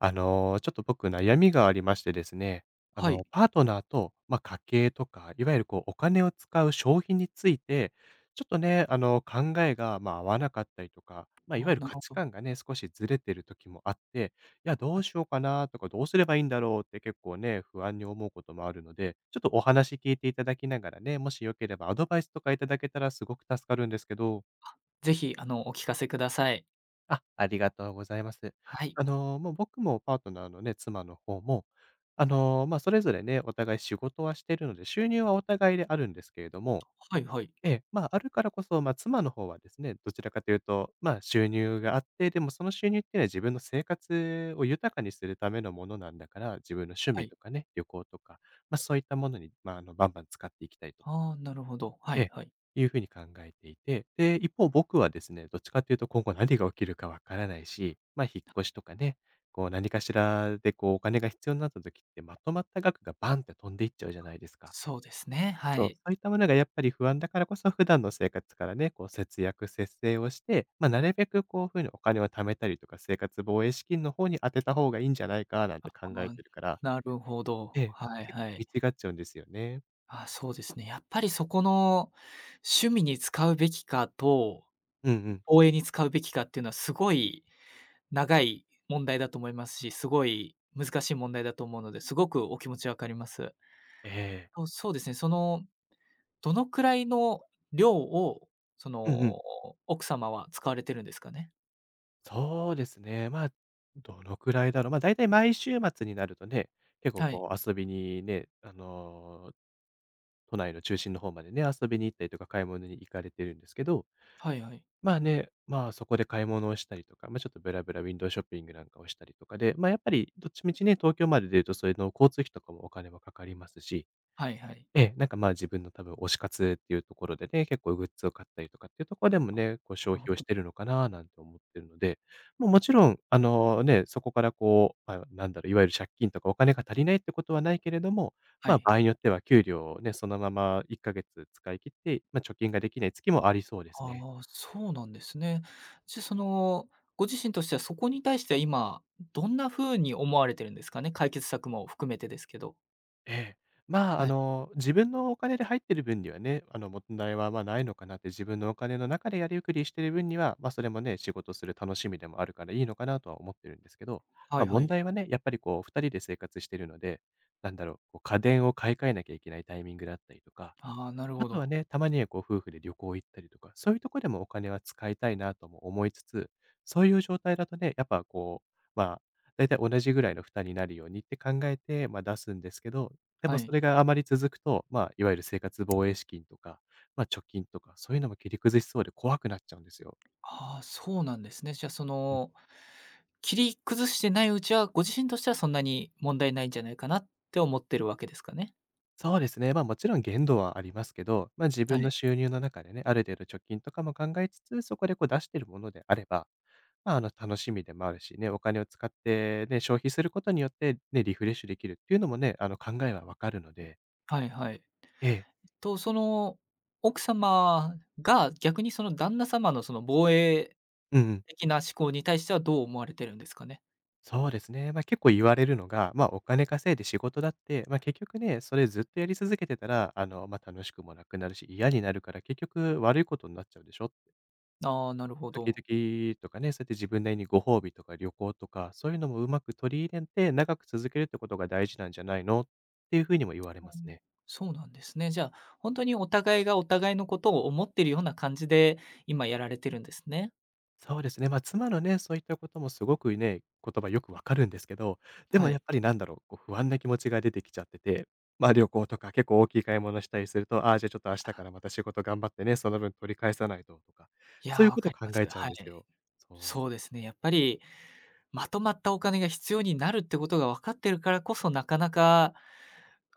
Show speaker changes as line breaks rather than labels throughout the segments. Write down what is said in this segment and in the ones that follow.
ちょっと僕悩みがありましてですね、
はい。
パートナーと、家計とか、いわゆるこうお金を使う消費について、ちょっとね、考えが、合わなかったりとか、いわ
ああ、
ゆる
なる
価
ほ
値
ど。
観がね、少しずれてる時もあって、いや、ど
は
うし
い。
ようかなとか、どうすればいいんだろうって結構ね、不安に思うこともあるので、ちょっとお話聞いていただきながらね、もしよければアドバイスとかいただけたらすごく助かるんですけど。
ぜひ、お聞かせください。
あ、ありがとうございます。
はい。
もう僕もパートナーのね、妻の方も、それぞれね、お互い仕事はしてるので、収入はお互いであるんですけれども、
はいはい。
あるからこそ、妻の方はですね、どちらかというと、収入があって、でもその収入っていうのは自分の生活を豊かにするためのものなんだから、自分の趣
は
味
い。
とかね、旅行とか、そういったものに、バンバン使っていきたいと。
ああ、なるほど。は
え
い
え、
はい。
いうふうに考えていて、で、一方僕はですね、どっちかというと今後何が起きるかわからないし、ま、引っ越しとかね、こう何かしらでこうお金が必要になった時って、まとまった額がバンって飛んでいっちゃうじゃないですか。
そうですね、は
そう、
い。
そういったものがやっぱり不安だからこそ、普段の生活からね、こう節約節制をして、ま、なるべくこういうふうにお金を貯めたりとか、生活防衛資金の方に当てた方がいいんじゃないかなん
あ
て考え
あ、
てるから、
なるほど。
ええ、
はい
結構
は
食
い。
い違っちゃうんですよね。
ああ、そうですね。やっぱりそこの趣味に使うべきかと、
うんうん。
応援に使うべきかっていうのはすごい長い問題だと思いますし、すごい難しい問題だと思うので、すごくお気持ちわかります。
ええ。
そうですね、そのどのくらいの量を、そ
うんうん。
の、奥様は使われてるんですかね？
そうですね。どのくらいだろう。だいたい毎週末になるとね、結構
はい。
こう遊びにね、都内の中心の方までね、遊びに行ったりとか買い物に行かれてるんですけど、
はいはい。
まあね、そこで買い物をしたりとか、ちょっとブラブラウィンドウショッピングなんかをしたりとかで、やっぱりどっちみちね、東京まで出るとそれの交通費とかもお金もかかりますし、
はいはい。
なんか、自分の多分推し活っていうところでね、結構グッズを買ったりとかっていうところでも
あ、
ね、こう消
なる
費
ほ
をし
ど。
てるのかななんて思ってるので、もうもちろん、ね、そこからこう、なんだろう、いわゆる借金とかお金が足りないってことはないけれども、
はい。
場合によっては給料をね、そのまま1ヶ月使い切って、貯金ができない月もありそうですね。
ああ、そうなんですね。じゃ、その、ご自身としてはそこに対しては今、どんな風に思われてるんですかね？解決策も含めてですけど。
ええ。
はい。
自分のお金で入ってる分にはね、問題はまあないのかなって、自分のお金の中でやりくりしてる分には、それもね、仕事する楽しみでもあるからいいのかなとは思ってるんですけど、
はいは
問
い。
題はね、やっぱりこう2人で生活してるので、なんだろう、こう家電を買い替えなきゃいけないタイミングだったりとか、
ああ、なる
あ
ほ
とは
ど。
ね、たまにはこう夫婦で旅行行ったりとか、そういうとこでもお金は使いたいなとも思いつつ、そういう状態だとね、やっぱこう、まあ、だいたい同じぐらいの負担になるようにって考えて、出すんですけど、で
は
もそ
い。
れがあまり続くと、いわゆる生活防衛資金とか、貯金とか、そういうのも切り崩しそうで怖くなっちゃうんですよ。
ああ、そうなんですね。じゃあ、そ
うん。
の、切り崩してないうちは、ご自身としてはそんなに問題ないんじゃないかなって思ってるわけですかね？
そうですね、ま、もちろん限度はありますけど、ま、自
は
分の
い。
収入の中でね、ある程度貯金とかも考えつつ、そこでこう出してるものであれば、楽しみでもあるしね、お金を使ってね、消費することによって、ね、リフレッシュできるっていうのもね、考えはわかるので、
はいはい。
ええ、
と、その奥様が逆にその旦那様のその防衛
うんうん、
的な思考に対してはどう思われてるんですかね？
そうですね。結構言われるのが、お金稼いで仕事だって、結局ね、それずっとやり続けてたら、楽しくもなくなるし、嫌になるから、結局悪いことになっちゃうでしょって。
ああ、なるほ
時
ど。
々とかね、そうやって自分なりにご褒美とか旅行とか、そういうのもうまく取り入れて、長く続けるってことが大事なんじゃないのっていうふうにも言われま
う
す
ん、
ね。
そうなんですね。じゃあ、本当にお互いがお互いのことを思ってるような感じで、今やられてるんですね。
そうですね。妻のね、そういったこともすごくね、言葉よくわかるんですけど、で
は
もやっ
い。
ぱりなんだろう、こう不安な気持ちが出てきちゃってて、ま、旅行とか結構大きい買い物したりすると、ああ、じゃあちょっと明日からまた仕事頑張ってね、その分取り返さないととか、
いや
そう
ー、
いう
わ
こと
か
を
り
考
ます。
えちゃうん
はい。
ですよ。そ
そう
う。
ですね、やっぱりまとまったお金が必要になるってことが分かってるからこそ、なかなか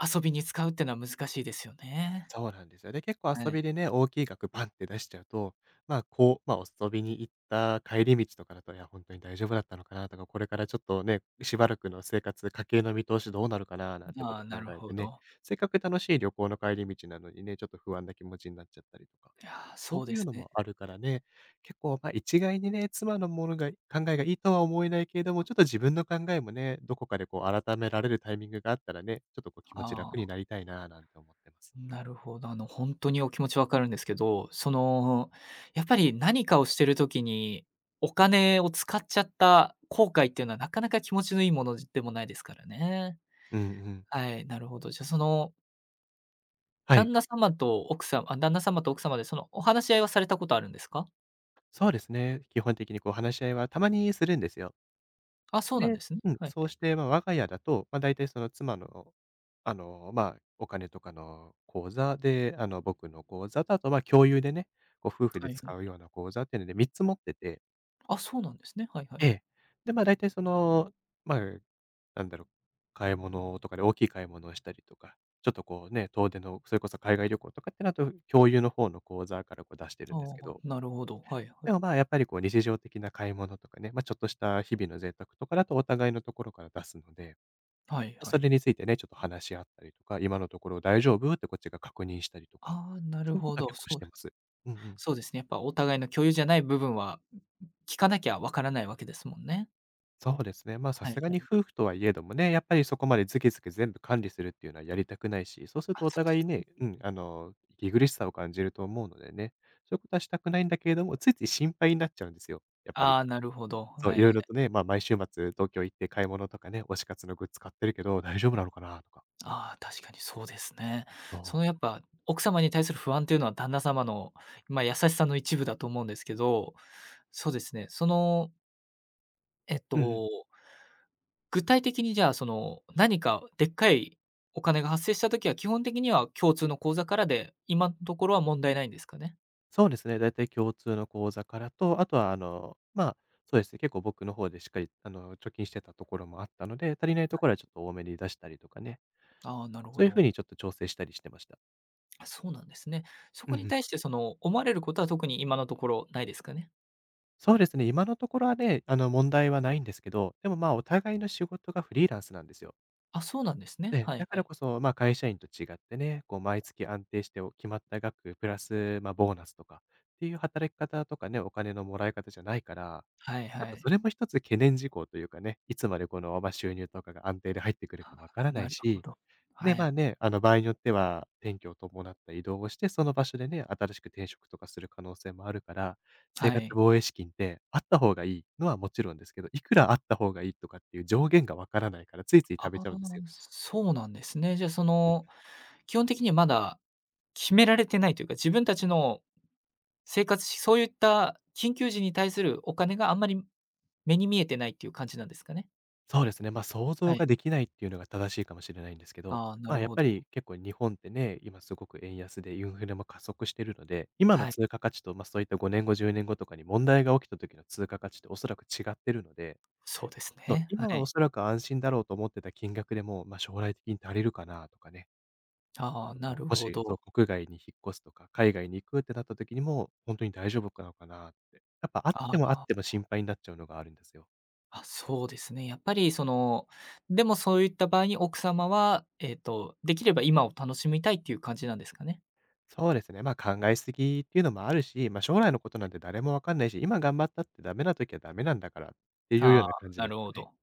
遊びに使うってのは難しいですよね。
そうなんですよ。で、結構
は
遊
い。
びでね、大きい額バンって出しちゃうと、遊びに行った帰り道とかだと、いや、本当に大丈夫だったのかなとか、これからちょっとね、しばらくの生活、家計の見通しどうなるかななんてこ
あ
と
あ、な
考
る
え
ほ
てね、
ど。
せっかく楽しい旅行の帰り道なのにね、ちょっと不安な気持ちになっちゃったりとか、
いや、そ
そ
う
う
で
いう
す
の
ね。
もあるからね、結構、一概にね、妻のものが、考えがいいとは思えないけれども、ちょっと自分の考えもね、どこかでこう、改められるタイミングがあったらね、ちょっとこう、気持ち楽
あ
に
あ、
なりたいななんて思ってます。
なるほど。本当にお気持ち分かるんですけど、その、やっぱり何かをしてる時に、お金を使っちゃった後悔っていうのはなかなか気持ちのいいものでもないですからね。
うんうん。
はい、なるほど。じゃあ、その、
はい。
旦那様と奥様で、その、お話し合いはされたことあるんですか？
そうですね。基本的にこう話し合いはたまにするんですよ。
あ、そうなん
で、
ですね。
うん、
はい
そ
は
う
い。
して、我が家だと、大体その妻の、お金とかの口座で、僕の口座と、あと、共有でね、こう夫婦
は
で
いは
使う
い。
ような口座っていうので3つ持ってて、
あ、そうなんですね。はいは
え
い。
え。で、大体その、まあ、なんだろう、買い物とかで大きい買い物をしたりとか、ちょっとこうね、遠出の、それこそ海外旅行とかってなると、共有の方の口座からこう出してる
あ
んです
あ、
けど
なるほど。はいはい。
でも、やっぱりこう日常的な買い物とかね、ま、ちょっとした日々の贅沢とかだとお互いのところから出すので、
はい
ま
は
そ
い。
れについてね、ちょっと話し合ったりとか、今のところ大丈夫ってこっちが確認したりとか、
ああ、な
そ
る
ういうこ
ほ
とは
ど。
結構
そ
し
う
てます。うんうん。
そうですね、やっぱお互いの共有じゃない部分は、聞かなきゃわからないわけですもんね。
そうですね。ま、あさ
はい
すが
は
に
い。
夫婦とはいえどもね、やっぱりそこまでずキずキ全部管理するっていうのはやりたくないし、そうする
あ、
とお
そうで
互い
すね。
ね、うん、息苦しさを感じると思うのでね、そういうことはしたくないんだけれども、ついつい心配になっちゃうんですよ、やっぱ
あ
り。
あ、なるほど。
そう、
は
い
い
ろ
は
いろと
い。
ね、まあ、毎週末東京行って買い物とかね、推し活のグッズ買ってるけど、大丈夫なのかなとか。
ああ、確かにそうですね。そ
そ
のや
う。
っぱ奥様に対する不安というのは旦那様の、まあ、優しさの一部だと思うんですけど、そうですね、その、えっ
うんうん。
と、具体的にじゃあその、何かでっかいお金が発生したときは、基本的には共通の口座からで、今のところは問題ないんですかね？
そうですね、だいたい共通の口座からと、あとはまあ、そうですね、結構僕の方でしっかり貯金してたところもあったので、足りないところはちょっと多めに出したりとかね、
ああ、なるほ
そういう風
ど。
にちょっと調整したりしてました。
あ、そうなんですね。そ
うん
こ
う
に
ん。
対してその、思われることは特に今のところないですかね？
そうですね、今のところはね、問題はないんですけど、でも、まあ、お互いの仕事がフリーランスなんですよ。
あ、そうなんですね。
ええ、
はい
だか
は
ら
い。
こそ、まあ、会社員と違ってね、こう毎月安定してお決まった額プラス、まあ、ボーナスとかっていう働き方とかね、お金のもらい方じゃないから、
はい
やっ
は
ぱそ
い。
れも一つ懸念事項というかね、いつまでこの、まあ、収入とかが安定で入ってくるかわからな
な
い
るほ
し、
ど。は
ね、ま
い。
あね、場合によっては、転居を伴った移動をして、その場所でね、新しく転職とかする可能性もあるから、生
は
活
い。
防衛資金ってあった方がいいのはもちろんですけど、いくらあった方がいいとかっていう上限がわからないから、ついつい
あ
食べ
あ、
ちゃうんですよ。
そうなんですね。じゃあその、基本的にはまだ決められてないというか、自分たちの生活しそういった緊急時に対するお金があんまり目に見えてないっていう感じなんですかね？
そうですね。ま、想像
はい。
ができないっていうのが正しいかもしれないんですけど、
ああ、な
ま
る
あ、やっ
ほ
ぱ
ど。
り結構日本ってね、今すごく円安でインフレも加速してるので、今の
はい。
通貨価値と、ま、そういった5年後、10年後とかに問題が起きた時の通貨価値っておそらく違ってるので、
そうです
そう、
ね。は
今はお
い。
そらく安心だろうと思ってた金額でも、ま、将来的に足りるかなとかね、や
あ
っ
あ、
ぱ
な
こう、
る
も
ほ
し、そう、
ど。
国外に引っ越すとか、海外に行くってなった時にも、本当に大丈夫なのかなって、やっぱあって
あ
もあっ
あ。
ても心配になっちゃうのがあるんですよ。
あ、そうですね。やっぱりその、でもそういった場合に奥様は、できれば今を楽しみたいっていう感じなんですかね？
そうですね。ま、あ考えすぎっていうのもあるし、ま、将来のことなんて誰もわかんないし、今頑張ったってダメな時はダメなんだからっていうよ
あ
う
あ、
な感じ
な
です
る
か
ほ
ね。
ど。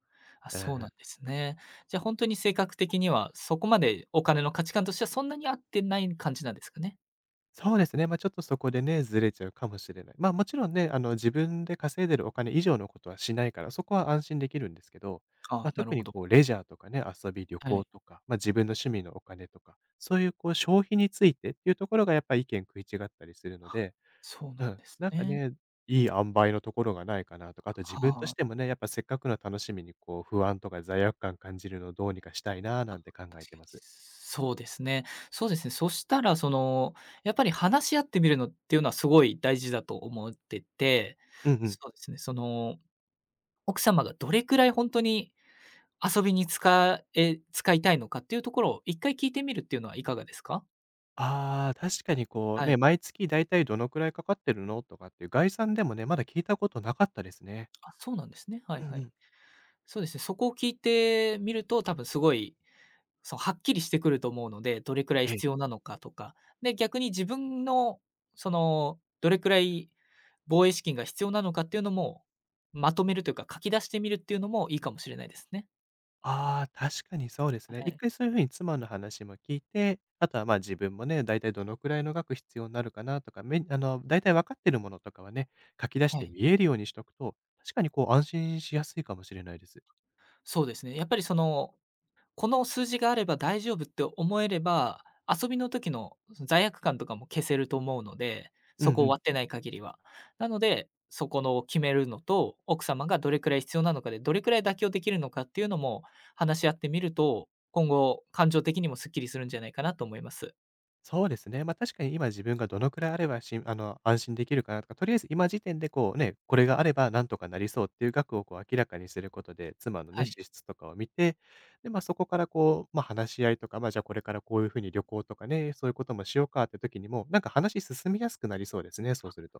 あ、
うんう
そうなん
ん。
ですね。じゃ、あ本当に性格的には、そこまでお金の価値観としてはそんなに合ってない感じなんですかね？
そうですね、ま、あちょっとそこでね、ずれちゃうかもしれない。ま、あもちろんね、自分で稼いでるお金以上のことはしないから、そこは安心できるんですけど、
ああ、
ま、
なる
特
ほ
に
ど。
こうレジャーとかね、遊び、旅
は
行
い。
とか、ま、自分の趣味のお金とか、そういうこう消費についてっていうところがやっぱり意見食い違ったりするの
あ、
で、
そう
う
なん
ん、
です
なんか
ね。
ね、いい塩梅のところがないかなとか、あと自分と
はあ、
してもね、やっぱせっかくの楽しみにこう不安とか罪悪感感じるのをどうにかしたいななんて考
確
えて
かに。
ます。
そうですね。そうですね。そしたらその、やっぱり話し合ってみるのっていうのはすごい大事だと思ってて、
うんう
そ
ん。
うですね、その奥様がどれくらい本当に遊びに使え使いたいのかっていうところを一回聞いてみるっていうのはいかがですか？
ああ、確かにこう
は
ね、
い。
毎月だいたいどのくらいかかってるのとかっていう概算でもね、まだ聞いたことなかったですね。
あ、そうなんですね。はい
う
は
んう
い。
ん。
そうですね、そこを聞いてみると、多分すごい、そのはっきりしてくると思うので、どれくらい
え
必
え。
要なのかとか。で、逆に自分のその、どれくらい防衛資金が必要なのかっていうのも、まとめるというか、書き出してみるっていうのもいいかもしれないですね。
ああ、確かにそうですね。
は
一
い。
回そういう風に妻の話も聞いて、あとは、ま、あ自分もね、だいたいどのくらいの額必要になるかなとか、めあの、だいたい分かってるものとかはね、書き出し
は
て
い。
見えるようにしとくと、確かにこう安心しやすいかもしれないです。
そうですね。やっぱりそのこの数字があれば大丈夫って思えれば、遊びの時の罪悪感とかも消せると思うので、
うんう
そこを
ん。
割ってない限りは。なので、そこの決めるのと、奥様がどれくらい必要なのかで、どれくらい妥協できるのかっていうのも話し合ってみると、今後感情的にもすっきりするんじゃないかなと思います。
そうですね。ま、確かに今自分がどのくらいあれば、しあの、安心できるかなとか、とりあえず今時点でこうね、これがあればなんとかなりそうっていう額をこう明らかにすることで、妻の
は
ね、支
い。
出とかを見て、で、ま、そこからこう、ま、話し合いとか、ま、じゃあこれからこういうふうに旅行とかね、そういうこともしようかって時にも、なんか話進みやすくなりそうですね、そうすると。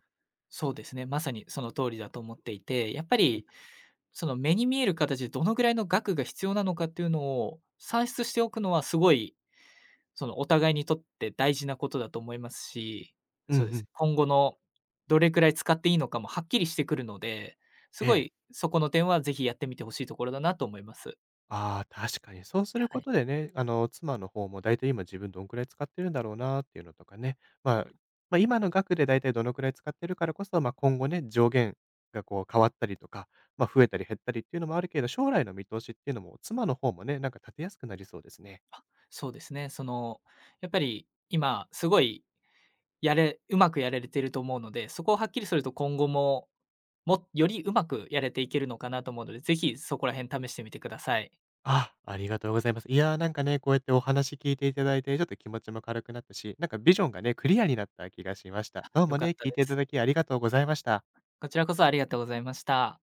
そうですね。まさにその通りだと思っていて、やっぱりその目に見える形でどのぐらいの額が必要なのかっていうのを算出しておくのはすごいそのお互いにとって大事なことだと思いますし、
うんう
そうですね。
ん。
今後のどれくらい使っていいのかもはっきりしてくるので、す
え
ご
え。
いそこの点はぜひやってみてほしいところだなと思います。
ああ、確かに。そうする
は
こ
い。
とでね、妻の方もだいたい今自分どんくらい使ってるんだろうなっていうのとかね。まあ、まあ、今の額でだいたいどのくらい使ってるからこそ、ま、今後ね、上限がこう変わったりとか、ま、増えたり減ったりっていうのもあるけれど、将来の見通しっていうのも妻の方もね、なんか立てやすくなりそうですね。
そうですね。その、やっぱり今すごいやれうまくやられてると思うので、そこをはっきりすると今後も、もよりうまくやれていけるのかなと思うので、ぜひそこら辺試してみてください。
ああ、ありがとうございます。いやー、なんかね、こうやってお話聞いていただいて、ちょっと気持ちも軽くなったし、なんかビジョンがね、クリアになった気がしました。どう
良
も
かっ
ね、
た
聞い
で
ていた
す。
だきありがとうございました。
こちらこそありがとうございました。